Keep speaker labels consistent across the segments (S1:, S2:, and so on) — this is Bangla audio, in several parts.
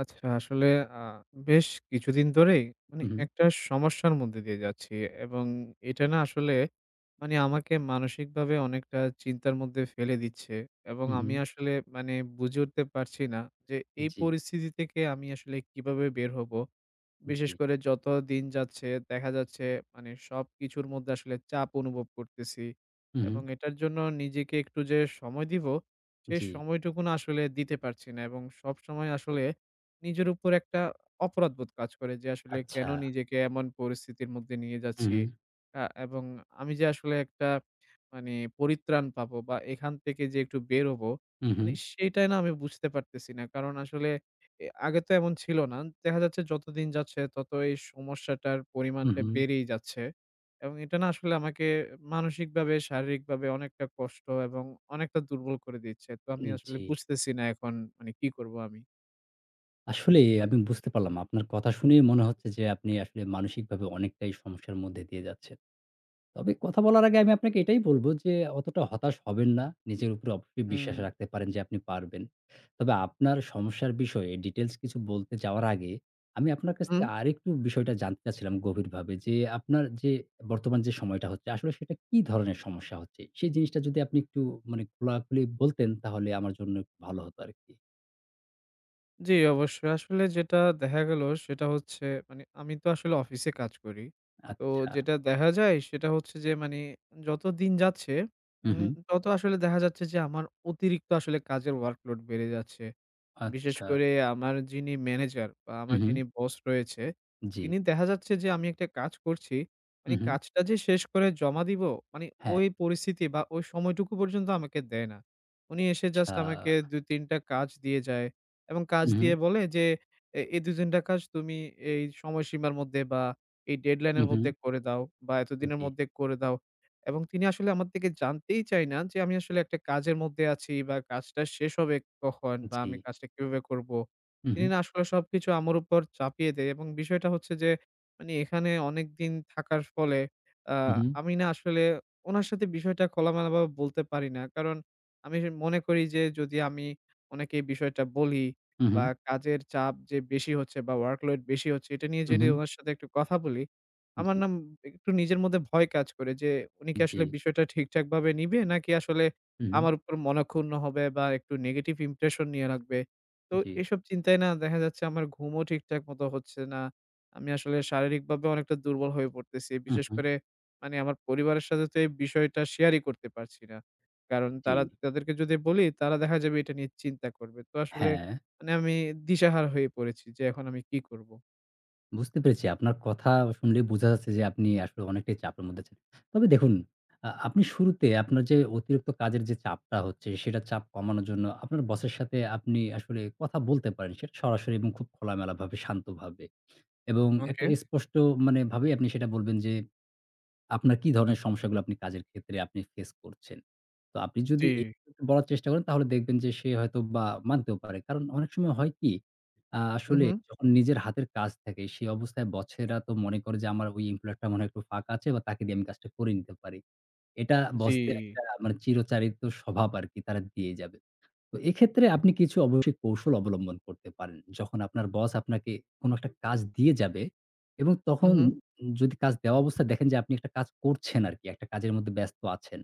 S1: আচ্ছা, আসলে আ বেশ কিছুদিন ধরেই মানে
S2: হুম,
S1: একটা সমস্যার মধ্যে দিয়ে যাচ্ছি এবং এটা না আসলে মানে আমাকে মানসিকভাবে অনেকটা চিন্তার মধ্যে ফেলে দিচ্ছে এবং
S2: হুম,
S1: আমি
S2: হুম,
S1: আসলে মানে বুঝে উঠতে পারছি না যে
S2: হুম,
S1: এই
S2: জি,
S1: পরিস্থিতি থেকে আমি আসলে কিভাবে বের হব। বিশেষ
S2: জি,
S1: করে যত দিন যাচ্ছে দেখা যাচ্ছে মানে সবকিছুর মধ্যে আসলে চাপ অনুভব করতেছি
S2: হুম, হুম,
S1: এবং এটার জন্য নিজেকে একটু যে সময় দিব সেই
S2: জি,
S1: সময়টুকু না আসলে দিতে পারছি না এবং সব সময় আসলে নিজের উপর একটা অপরাধবোধ কাজ করে যে আসলে কেন
S2: আচ্ছা,
S1: নিজেকে এমন পরিস্থিতির মধ্যে নিয়ে যাচ্ছি।
S2: হুম,
S1: এবং আমি যে আসলে একটা মানে পরিত্রাণ পাবো বা এখান থেকে যে একটু বের হবো
S2: হুম,
S1: মানে
S2: হুম,
S1: সেটাই না আমি বুঝতে পারতেছি না কারণ আসলে আগে তো এমন ছিল না। দেখা যাচ্ছে যতদিন যাচ্ছে তত এই সমস্যাটার
S2: হুম,
S1: পরিমাণটা
S2: হুম,
S1: বেড়েই যাচ্ছে। এবং এটা না আসলে আমাকে মানসিকভাবে, শারীরিকভাবে অনেকটা কষ্ট এবং অনেকটা দুর্বল করে দিচ্ছে। তো আমি
S2: হুম,
S1: আসলে
S2: জি।
S1: বুঝতেছি না এখন মানে কি করব আমি?
S2: আসলে আমি বুঝতে পারলাম। আপনার কথা শুনেই মনে হচ্ছে যে আপনি আসলে মানসিকভাবে অনেকটাই সমস্যার মধ্যে দিয়ে যাচ্ছেন। তবে কথা বলার আগে আমি আপনাকে এটাই বলব যে, অতটা হতাশ হবেন না। নিজের উপরে অবশ্যই বিশ্বাস
S1: হুম।
S2: রাখতে পারেন যে আপনি পারবেন। তবে আপনার সমস্যার বিষয়ে ডিটেইলস কিছু বলতে যাওয়ার আগে, আমি আপনার কাছ
S1: হুম,
S2: থেকে আরেকটু বিষয়টা জানতে চাচ্ছিলাম গভীরভাবে যে, আপনার যে বর্তমান যে সময়টা হচ্ছে, আসলে সেটা কি ধরনের সমস্যা হচ্ছে? সেই জিনিসটা যদি আপনি একটু মানে খোলাখুলি বলতেন, তাহলে আমার জন্য একটু ভালো হতো আরকি।
S1: জি অবশ্যই। আসলে যেটা দেখা গেল সেটা হচ্ছে মানে আমি তো আসলে অফিসে কাজ করি। তো
S2: আচ্ছা।
S1: যেটা দেখা যায় সেটা হচ্ছে যে মানে যতদিন যাচ্ছে
S2: হু, হু।
S1: তত আসলে দেখা যাচ্ছে যে আমার অতিরিক্ত আসলে কাজের ওয়ার্কলোড বেড়ে যাচ্ছে। বিশেষ
S2: আচ্ছা।
S1: করে আমার যিনি ম্যানেজার বা
S2: হু,
S1: আমার
S2: হু।
S1: যিনি বস রয়েছে,
S2: জি।
S1: তিনি দেখা যাচ্ছে যে আমি একটা কাজ করছি।
S2: হু,
S1: মানে
S2: হু।
S1: কাজটা যে শেষ করে জমা দিব, মানে
S2: হ্যাঁ।
S1: ওই পরিস্থিতি বা ওই সময়টুকু পর্যন্ত আমাকে দেয় না। উনি এসে জাস্ট আমাকে
S2: আচ্ছা।
S1: ২-৩ টা কাজ দিয়ে যায় এবং কাজ
S2: হু, হু।
S1: দিয়ে বলে যে, এই ২-৩ টা কাজ তুমি এই সময়সীমার মধ্যে বা এই ডেডলাইন
S2: হু,
S1: এর
S2: হু।
S1: মধ্যে করে দাও বা এতদিনের
S2: জি,
S1: মধ্যে করে দাও।" এবং তিনি আসলে আমার থেকে জানতেই চায় না যে আমি আসলে একটা কাজের মধ্যে আছি বা কাজটা শেষ হবে কখন বা
S2: জি।
S1: আমি কাজটা কিভাবে করব।
S2: হু, হু।
S1: তিনি না আসলে সবকিছু আমার উপর চাপিয়ে দেয় এবং বিষয়টা হচ্ছে যে মানে এখানে অনেকদিন থাকার ফলে আ
S2: উহু,
S1: আমি না আসলে উনার সাথে বিষয়টা খোলামেলাভাবে বলতে পারি না। কারণ আমি মনে করি যে যদি আমি উনাকে এই বিষয়টা বলি বা
S2: উহু,
S1: কাজের চাপ যে বেশি হচ্ছে বা ওয়ার্কলোড বেশি হচ্ছে এটা নিয়ে যদি
S2: উহু,
S1: উনার সাথে একটু কথা বলি, আমার
S2: জি,
S1: না একটু নিজের মধ্যে ভয় কাজ করে যে উনি কি
S2: জি,
S1: আসলে বিষয়টা ঠিকঠাকভাবে নিবে? নাকি আসলে
S2: উহু,
S1: আমার উপর মনঃক্ষুণ্ণ হবে বা একটু নেগেটিভ ইমপ্রেশন নিয়ে রাখবে। তো
S2: জি,
S1: এসব চিন্তায় না দেখা যাচ্ছে আমার ঘুমও ঠিকঠাক মতো হচ্ছে না। আমি আসলে শারীরিকভাবে অনেকটা দুর্বল হয়ে পড়তেছি। বিশেষ
S2: উহু,
S1: করে মানে আমার পরিবারের সাথে তো এই বিষয়টা শেয়ারই করতে পারছি না। কারণ
S2: জি।
S1: তারা, তাদেরকে যদি বলি তারা দেখা যাবে এটা নিয়ে চিন্তা করবে। তো আসলে
S2: হ্যাঁ,
S1: মানে আমি দিশাহারা হয়ে পড়েছি যে এখন আমি কি করব?
S2: বুঝতে পেরেছি। আপনার কথা শুনলেই বোঝা যাচ্ছে যে আপনি আসলে অনেকটাই চাপের মধ্যে আছেন। তবে দেখুন, আপনি শুরুতে আপনার যে অতিরিক্ত কাজের যে চাপটা হচ্ছে, সেটার চাপ কমানোর জন্য আপনার বসের সাথে আপনি আসলে কথা বলতে পারেন। সেটা সরাসরি এবং খুব খোলামেলাভাবে, শান্তভাবে এবং একটা
S1: ওকে।
S2: স্পষ্ট মানে ভাবেই আপনি সেটা বলবেন যে আপনার কি ধরনের সমস্যাগুলো আপনি কাজের ক্ষেত্রে আপনি ফেস করছেন? তো আপনি যদি
S1: জি।
S2: এভাবে একটু বলার চেষ্টা করেন তাহলে দেখবেন যে সে হয়তোবা মানতেও পারে। কারণ অনেক সময় হয় কি
S1: হু,
S2: আসলে
S1: হু।
S2: যখন নিজের হাতের কাজ থাকে সেই অবস্থায় বছেরা তো মনে করে যে আমার ওই এমপ্লয়ারটা মনে হয় একটু ফাঁকা আছে বা তাকে দিয়ে আমি কাজটা করে নিতে পারি। এটা
S1: জি।
S2: বসদের একটা মানে চিরচারিত স্বভাব আরকি তারা দিয়ে যাবে। তো এক্ষেত্রে আপনি কিছু অবশ্যই কৌশল অবলম্বন করতে পারেন। যখন আপনার বস আপনাকে কোনো একটা কাজ দিয়ে যাবে এবং
S1: হু,
S2: তখন
S1: হু।
S2: যদি কাজ দেওয়া অবস্থায় দেখেন যে আপনি একটা কাজ করছেন আরকি, একটা কাজের মধ্যে ব্যস্ত আছেন।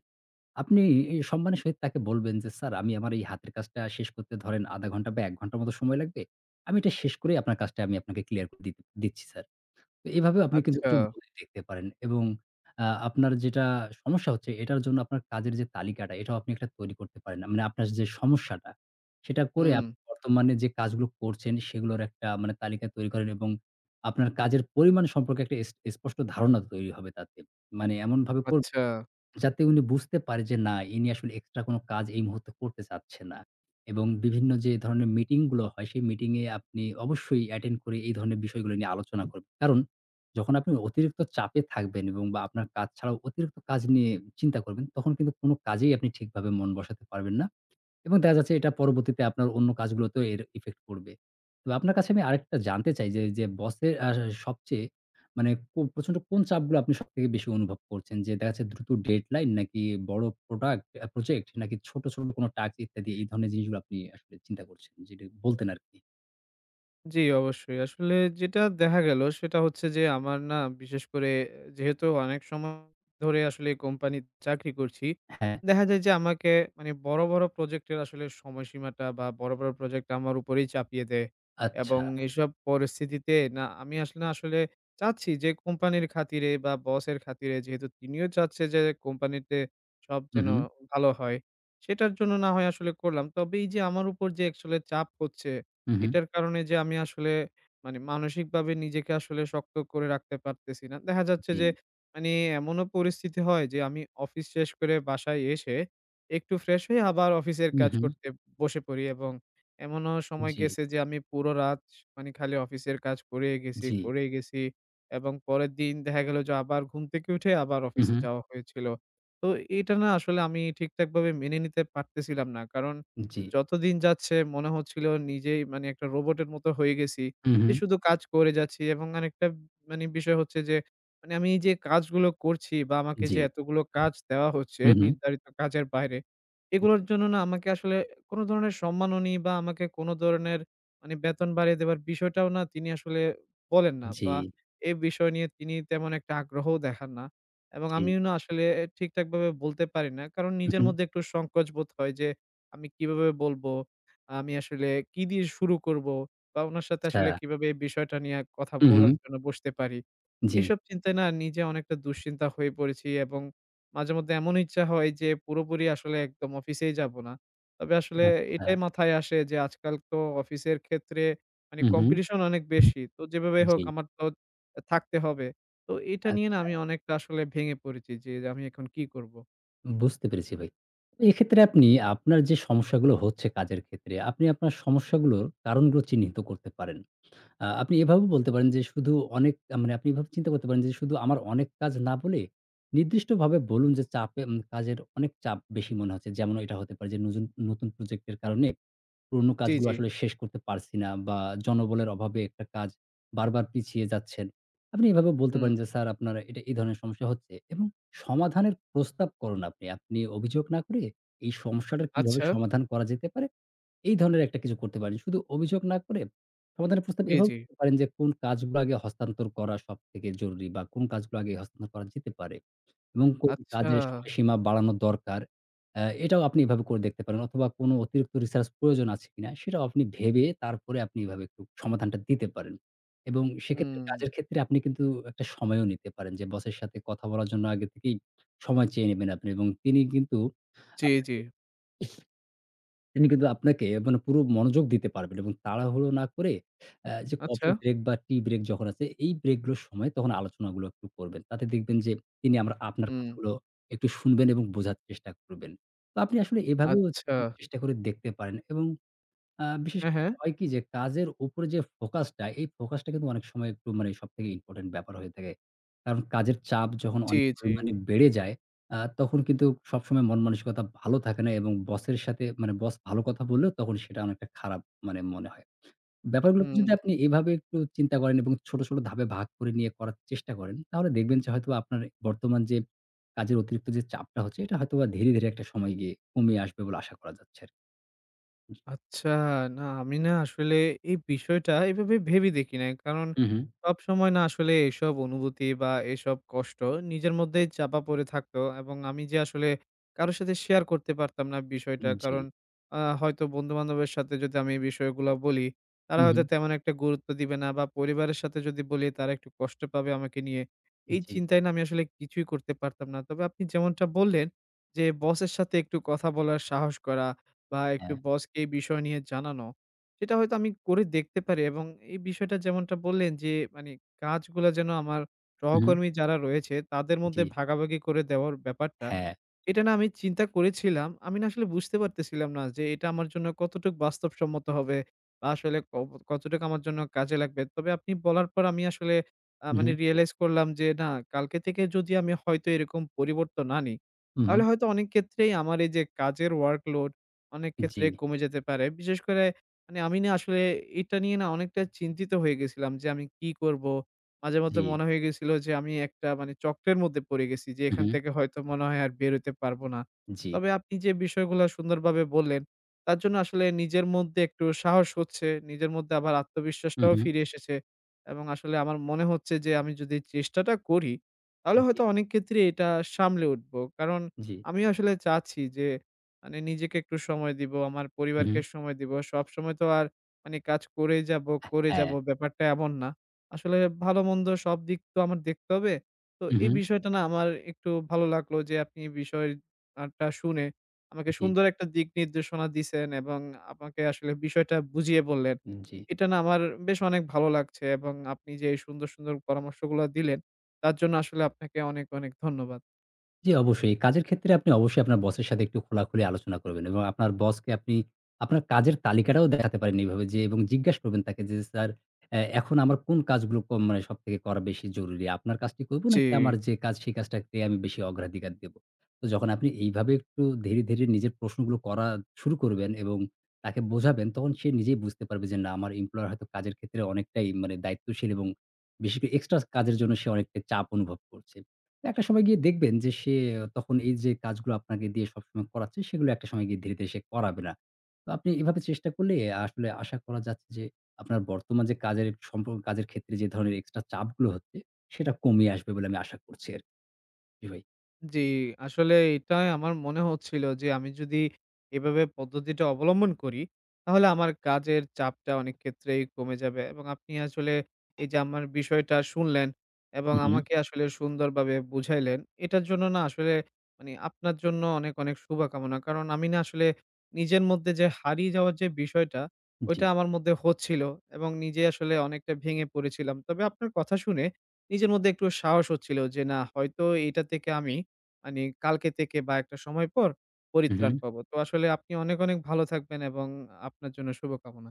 S2: আপনি সম্মানের সহিত তাকে বলবেন যে, "স্যার আমি আমার এই হাতের কাজটা শেষ করতে ধরেন ০.৫ ঘন্টা বা ১ ঘন্টার মতো সময় লাগবে। আমি এটা শেষ করেই আপনার কাজটা আমি আপনাকে ক্লিয়ার করে দিতে দিচ্ছি স্যার।" তো এভাবেও আপনি কিন্তু
S1: আচ্ছা।
S2: একটু বলে দেখতে পারেন এবং আপনার যেটা সমস্যা হচ্ছে এটার জন্য আপনার কাজের যে তালিকাটা এটাও আপনি একটা তৈরি করতে পারেন। মানে আপনার যে সমস্যাটা সেটা করে
S1: হুম।
S2: আপনি বর্তমানে যে কাজগুলো করছেন সেগুলোর একটা মানে তালিকা তৈরি করেন এবং আপনার কাজের পরিমাণ সম্পর্কে একটা স্পষ্ট ধারণা তৈরি হবে তাতে। মানে এমনভাবে করবেন
S1: আচ্ছা।
S2: যাতে উনি বুঝতে পারে যে না, ইনি আসলে এক্সট্রা কোনো কাজ এই মুহূর্তে করতে চাচ্ছে না। এবং বিভিন্ন যে ধরনের মিটিং গুলো হয়, সেই মিটিং এ আপনি অবশ্যই অ্যাটেন্ড করে এই ধরনের বিষয়গুলো নিয়ে আলোচনা করবেন। কারণ যখন আপনি অতিরিক্ত চাপে থাকবেন এবং বা আপনার কাজ ছাড়াও অতিরিক্ত কাজ নিয়ে চিন্তা করবেন, তখন কিন্তু কোনো কাজেই আপনি ঠিকভাবে মন বসাতে পারবেন না। এবং দেখা যাচ্ছে এটা পরবর্তীতে আপনার অন্য কাজগুলোতেও এর ইফেক্ট পড়বে। তো আপনার কাছে আমি আরেকটা জানতে চাই যে, যে বসের সবচেয়ে মানে প্রচন্ড কোন চাপগুলো আপনি সবথেকে বেশি অনুভব করছেন? যে দেখা যাচ্ছে দ্রুত ডেডলাইন নাকি বড় প্রোডাক্ট আ প্রজেক্ট নাকি ছোট, ছোট কোনো টাস্ক ইত্যাদি এই ধরনের জিনিসগুলো আপনি আসলে চিন্তা করছেন? যেটা বলতেন আরকি।
S1: জি, অবশ্যই। আসলে যেটা দেখা গেল সেটা হচ্ছে যে আমার না, বিশেষ করে যেহেতু অনেক সময় ধরে আসলে কোম্পানির চাকরি করছি।
S2: হ্যাঁ,
S1: দেখা যায় যে আমাকে মানে বড়, বড় প্রজেক্টের আসলে সময়সীমাটা বা বড়, বড় প্রজেক্ট আমার উপরেই চাপিয়ে দেয়। এবং
S2: আচ্ছা।
S1: এসব পরিস্থিতিতে না আমি আসলে আসলে চাচ্ছি যে কোম্পানির খাতিরে বা বসের খাতিরে, যেহেতু তিনিও চাচ্ছে যে কোম্পানিতে সব
S2: হু,
S1: যেন
S2: হু,
S1: ভালো হয়। সেটার জন্য না হয় আসলে করলাম। তবে এই যে আমার উপর যে আসলে চাপ হচ্ছে
S2: হু, হু।
S1: এটার কারণে যে আমি আসলে মানে মানসিকভাবে নিজেকে আসলে শক্ত করে রাখতে পারতেছি না। দেখা যাচ্ছে
S2: জি।
S1: যে মানে এমনও পরিস্থিতি হয় যে আমি অফিস শেষ করে বাসায় এসে একটু ফ্রেশ হয়ে আবার অফিসের
S2: হু,
S1: কাজ
S2: হু।
S1: করতে বসে পড়ি এবং এমনও সময়
S2: জি,
S1: গেছে যে আমি পুরো রাত মানে খালি অফিসের কাজ করে গেছি,
S2: জি।
S1: করে গেছি এবং পরের দিন দেখা গেল যে আবার ঘুম থেকে উঠে আবার
S2: হু,
S1: অফিসে
S2: হু।
S1: যাওয়া হয়েছিল। তো এটা না আসলে আমি ঠিকঠাকভাবে মেনে নিতে পারতেছিলাম না। কারণ
S2: জি।
S1: যতদিন যাচ্ছে মনে হচ্ছিল নিজেই মানে একটা রোবটের মতো হয়ে গেছি।
S2: হু, হু।
S1: যে শুধু কাজ করে যাচ্ছি এবং আরেকটা মানে বিষয় হচ্ছে যে মানে আমি এই যে কাজগুলো করছি বা আমাকে
S2: জি।
S1: যে এতগুলো কাজ দেওয়া হচ্ছে
S2: হু, হু।
S1: নির্ধারিত কাজের বাইরে, এগুলোর জন্য না আমাকে আসলে কোনো ধরনের সম্মাননী বা আমাকে কোনো ধরনের মানে বেতন বাড়িয়ে দেওয়ার বিষয়টাও না তিনি আসলে বলেন না
S2: জি,
S1: বা এ বিষয় নিয়ে তিনি তেমন একটা আগ্রহও দেখান না। এবং
S2: জি।
S1: আমিও না আসলে ঠিকঠাকভাবে বলতে পারি না। কারণ
S2: হু,
S1: নিজের
S2: হু।
S1: মধ্যে একটু সংকোচ বোধ হয় যে আমি কিভাবে বলবো? আমি আসলে কি দিয়ে শুরু করবো? বা উনার সাথে
S2: আচ্ছা।
S1: আসলে কিভাবে এই বিষয়টা নিয়ে কথা
S2: হু, হু।
S1: বলার জন্য বসতে পারি?
S2: জি।
S1: এসব চিন্তায় না নিজে অনেকটা দুশ্চিন্তা হয়ে পড়েছি এবং মাঝেমধ্যে এমন ইচ্ছা হয় যে পুরোপুরি আসলে একদম অফিসেই যাবো না। তবে আসলে
S2: আচ্ছা।
S1: এটাই মাথায় আসে যে আজকাল তো অফিসের ক্ষেত্রে মানে
S2: হু, হু।
S1: কম্পিটিশন অনেক বেশি। তো যেভাবে হোক
S2: জি,
S1: আমার তো থাকতে হবে। তো এটা নিয়ে না
S2: আচ্ছা।
S1: আমি অনেকটা আসলে ভেঙে পড়েছি যে আমি এখন কি করব?
S2: বুঝতে পেরেছি ভাই। তো এক্ষেত্রে আপনি আপনার যে সমস্যাগুলো হচ্ছে কাজের ক্ষেত্রে, আপনি আপনার সমস্যাগুলোর কারণগুলো চিহ্নিত করতে পারেন। আপনি এভাবেও বলতে পারেন যে শুধু অনেক মানে আপনি এভাবে চিন্তা করতে পারেন যে শুধু আমার অনেক কাজ না বলে নির্দিষ্টভাবে বলুন যে চাপে কাজের অনেক চাপ বেশি মনে হচ্ছে। যেমন এটা হতে পারে যে নতুন প্রজেক্ট এর কারণে পুরনো
S1: জি,
S2: কাজগুলো
S1: জি।
S2: আসলে শেষ করতে পারছি না বা জনবলের অভাবে একটা কাজ বারবার পিছিয়ে যাচ্ছেন। আপনি এভাবে বলতে
S1: হুম।
S2: পারেন যে, "স্যার আপনার এটা এই ধরনের সমস্যা হচ্ছে" এবং সমাধানের প্রস্তাব করুন আপনি। আপনি অভিযোগ না করে এই সমস্যাটার কিভাবে
S1: আচ্ছা।
S2: সমাধান করা যেতে পারে, এই ধরনের একটা কিছু করতে পারেন। শুধু অভিযোগ না করে সমাধানের প্রস্তাব
S1: জি,
S2: এভাবে
S1: জি।
S2: করতে পারেন যে, কোন কাজগুলো আগে হস্তান্তর করা সবথেকে জরুরি বা কোন কাজগুলো আগে হস্তান্তর করা যেতে পারে। এবং কোন
S1: আচ্ছা।
S2: কাজের সময়সীমা বাড়ানো দরকার, এটাও আপনি এভাবে করে দেখতে পারেন অথবা কোন অতিরিক্ত রিসার্চ প্রয়োজন আছে কিনা সেটাও আপনি ভেবে তারপরে আপনি এভাবে একটু সমাধানটা দিতে পারেন। এবং সেক্ষেত্রে
S1: হুম।
S2: কাজের ক্ষেত্রে আপনি কিন্তু একটা সময়ও নিতে পারেন যে বসের সাথে কথা বলার জন্য আগে থেকেই সময় চেয়ে নেবেন আপনি এবং
S1: জি, জি।
S2: আপনাকে তিনি কিন্তু আপনাকে মানে পুরো মনোযোগ দিতে পারবেন এবং তাড়াহুড়ো না করে যে
S1: আচ্ছা।
S2: কফি ব্রেক বা টি ব্রেক যখন আছে, এই ব্রেক গুলোর সময় তখন আলোচনাগুলো একটু করবেন। তাতে দেখবেন যে তিনি আমরা আপনার
S1: হুম।
S2: কথাগুলো একটু শুনবেন এবং বোঝার চেষ্টা করবেন। তো আপনি আসলে এভাবেও
S1: আচ্ছা।
S2: চেষ্টা করে দেখতে পারেন এবং বিশেষ
S1: হ্যাঁ, হ্যাঁ।
S2: ক্ষেত্রে হয় কি যে কাজের উপরে যে ফোকাসটা, এই ফোকাসটা কিন্তু অনেক সময় একটু মানে সবথেকে ইম্পোর্টেন্ট ব্যাপার হয়ে থাকে। কারণ কাজের চাপ যখন
S1: জি,
S2: অনেক
S1: জি।
S2: পরিমাণে বেড়ে যায়, তখন কিন্তু সবসময় মন মানসিকতা ভালো থাকে না এবং বসের সাথে মানে বস ভালো কথা বললেও তখন সেটা অনেকটা খারাপ মানে মনে হয়। ব্যাপারগুলোকে
S1: হুম।
S2: যদি আপনি এভাবে একটু চিন্তা করেন এবং ছোট, ছোট ধাপে ভাগ করে নিয়ে করার চেষ্টা করেন, তাহলে দেখবেন যে হয়তোবা আপনার বর্তমান যে কাজের অতিরিক্ত যে চাপটা হচ্ছে, এটা হয়তোবা ধীরে, ধীরে একটা সময় গিয়ে কমিয়ে আসবে বলে আশা করা যাচ্ছে আরকি। জি।
S1: আচ্ছা, না আমি না আসলে এই বিষয়টা এভাবে ভেবে দেখি নাই। কারণ
S2: হু, হু।
S1: সবসময় না আসলে এসব অনুভূতি বা এসব কষ্ট নিজের মধ্যেই চাপা পড়ে থাকতো এবং আমি যে আসলে কারো সাথে শেয়ার করতে পারতাম না বিষয়টা।
S2: জি।
S1: কারণ হয়তো বন্ধু-বান্ধবের সাথে যদি আমি এই বিষয়গুলা বলি, তারা
S2: হুম,
S1: হয়তো
S2: হুম।
S1: তেমন একটা গুরুত্ব দিবে না বা পরিবারের সাথে যদি বলি তারা একটু কষ্ট পাবে আমাকে নিয়ে। এই
S2: জি,
S1: চিন্তায় না আমি আসলে কিছুই করতে পারতাম না। তবে আপনি যেমনটা বললেন যে বসের সাথে একটু কথা বলার সাহস করা বা একটু
S2: হ্যাঁ।
S1: বসকে এই বিষয় নিয়ে জানানো, সেটা হয়তো আমি করে দেখতে পারি এবং এই বিষয়টা যেমনটা বললেন যে মানে কাজগুলা যেন আমার
S2: হুম, হুম।
S1: সহকর্মী যারা রয়েছে তাদের মধ্যে
S2: জি,
S1: ভাগাভাগি করে দেওয়ার ব্যাপারটা।
S2: হ্যাঁ।
S1: এটা না আমি চিন্তা করেছিলাম। আমি না আসলে বুঝতে পারতেছিলাম না যে এটা আমার জন্য কতটুক বাস্তবসম্মত হবে বা আসলে কতটুক আমার জন্য কাজে লাগবে। তবে আপনি বলার পর আমি আসলে
S2: হুম,
S1: মানে
S2: হুম।
S1: রিয়ালাইজ করলাম যে না, কালকে থেকে যদি আমি হয়তো এরকম পরিবর্তন আনি,
S2: হুম,
S1: তাহলে
S2: হুম।
S1: হয়তো অনেক ক্ষেত্রেই আমার এই যে কাজের ওয়ার্কলোড অনেক ক্ষেত্রে
S2: জি,
S1: কমে যেতে পারে। বিশেষ করে মানে আমি না আসলে এটা নিয়ে না অনেকটা চিন্তিত হয়ে গেছিলাম যে আমি কি করব? মাঝেমধ্যে
S2: জি,
S1: মনে হয়ে গেছিল যে আমি একটা মানে চক্রের মধ্যে পড়ে গেছি যে
S2: হুম,
S1: এখান
S2: হুম।
S1: থেকে হয়তো মনে হয় আর বের হইতে পারবো না।
S2: জি,
S1: তবে আপনি যে বিষয়গুলা সুন্দরভাবে বললেন, তার জন্য আসলে নিজের মধ্যে একটু সাহস হচ্ছে। নিজের মধ্যে আবার
S2: হুম,
S1: আত্মবিশ্বাসটাও
S2: হুম।
S1: ফিরে এসেছে। এবং আসলে আমার মনে হচ্ছে যে আমি যদি চেষ্টাটা করি তাহলে
S2: জি,
S1: হয়তো অনেক ক্ষেত্রে এটা সামলে উঠবো। কারণ
S2: জি,
S1: আমি আসলে চাচ্ছি যে মানে নিজেকে একটু সময় দিব, আমার
S2: হুম,
S1: পরিবারকে
S2: হুম।
S1: সময় দিব। সবসময় তো আর মানে কাজ করেই যাবো, করে
S2: হ্যাঁ।
S1: যাবো, ব্যাপারটা এমন না। আসলে ভালো-মন্দ সব দিক তো আমার দেখতে হবে। তো
S2: হুম,
S1: এই
S2: হুম।
S1: বিষয়টা না আমার একটু ভালো লাগলো যে আপনি এই বিষয় আটা শুনে আমাকে
S2: জি,
S1: সুন্দর একটা দিক নির্দেশনা দিছেন এবং আমাকে আসলে বিষয়টা বুঝিয়ে বললেন।
S2: জি।
S1: এটা না আমার বেশ অনেক ভালো লাগছে এবং আপনি যে এই সুন্দর, সুন্দর পরামর্শগুলা দিলেন তার জন্য আসলে আপনাকে অনেক, অনেক ধন্যবাদ।
S2: জি, অবশ্যই। কাজের ক্ষেত্রে আপনি অবশ্যই আপনার বসের সাথে একটু খোলাখুলি আলোচনা করবেন এবং আপনার বসকে আপনি আপনার কাজের তালিকাটাও দেখাতে পারেন এইভাবে যে এবং জিজ্ঞাসা করবেন তাকে যে, "স্যার এখন আমার কোন কাজগুলো কম মানে সবথেকে করা বেশি জরুরি? আপনার কাজটি করব
S1: জি।
S2: নাকি আমার যে কাজ সেই কাজটাকে আমি বেশি অগ্রাধিকার দেব?" তো যখন আপনি এইভাবে একটু ধীরে, ধীরে নিজের প্রশ্নগুলো করা শুরু করবেন এবং তাকে বোঝাবেন তখন সে নিজেই বুঝতে পারবে যে না আমার এমপ্লয়ার হয়তো কাজের ক্ষেত্রে অনেকটাই মানে দায়িত্বশীল এবং বেশি করে এক্সট্রা কাজের জন্য সে অনেকটাই চাপ অনুভব করছে। একটা সময় গিয়ে দেখবেন যে সে তখন এই যে কাজগুলো আপনাকে দিয়ে সবসময় করাচ্ছে, সেগুলো একটা সময় গিয়ে ধীরে, ধীরে সে করাবে না। তো আপনি এভাবে চেষ্টা করলে আসলে আশা করা যাচ্ছে যে আপনার বর্তমান যে কাজের ক্ষেত্রে যে ধরনের এক্সট্রা চাপগুলো হচ্ছে, সেটা কমে আসবে বলে আমি আশা করছি আরকি। জি ভাই।
S1: জি, আসলে এটাই আমার মনে হচ্ছিল যে আমি যদি এভাবে পদ্ধতিটা অবলম্বন করি, তাহলে আমার কাজের চাপটা অনেক ক্ষেত্রেই কমে যাবে এবং আপনি আসলে এই যে আমার বিষয়টা শুনলেন এবং
S2: হু, হু।
S1: আমাকে আসলে সুন্দরভাবে বুঝাইলেন, এটার জন্য না আসলে মানে আপনার জন্য অনেক, অনেক শুভকামনা। কারণ আমি না আসলে নিজের মধ্যে যে হারিয়ে যাওয়ার যে বিষয়টা,
S2: জি।
S1: ওইটা আমার মধ্যে হচ্ছিল এবং নিজে আসলে অনেকটা ভেঙে পড়েছিলাম। তবে আপনার কথা শুনে নিজের মধ্যে একটু সাহস হচ্ছিল যে না, হয়তো এইটা থেকে আমি মানি কালকে থেকে বা একটা সময় পর
S2: হু, হু।
S1: পরিত্রাণ পাবো। তো আসলে আপনি অনেক, অনেক ভালো থাকবেন এবং আপনার জন্য শুভকামনা।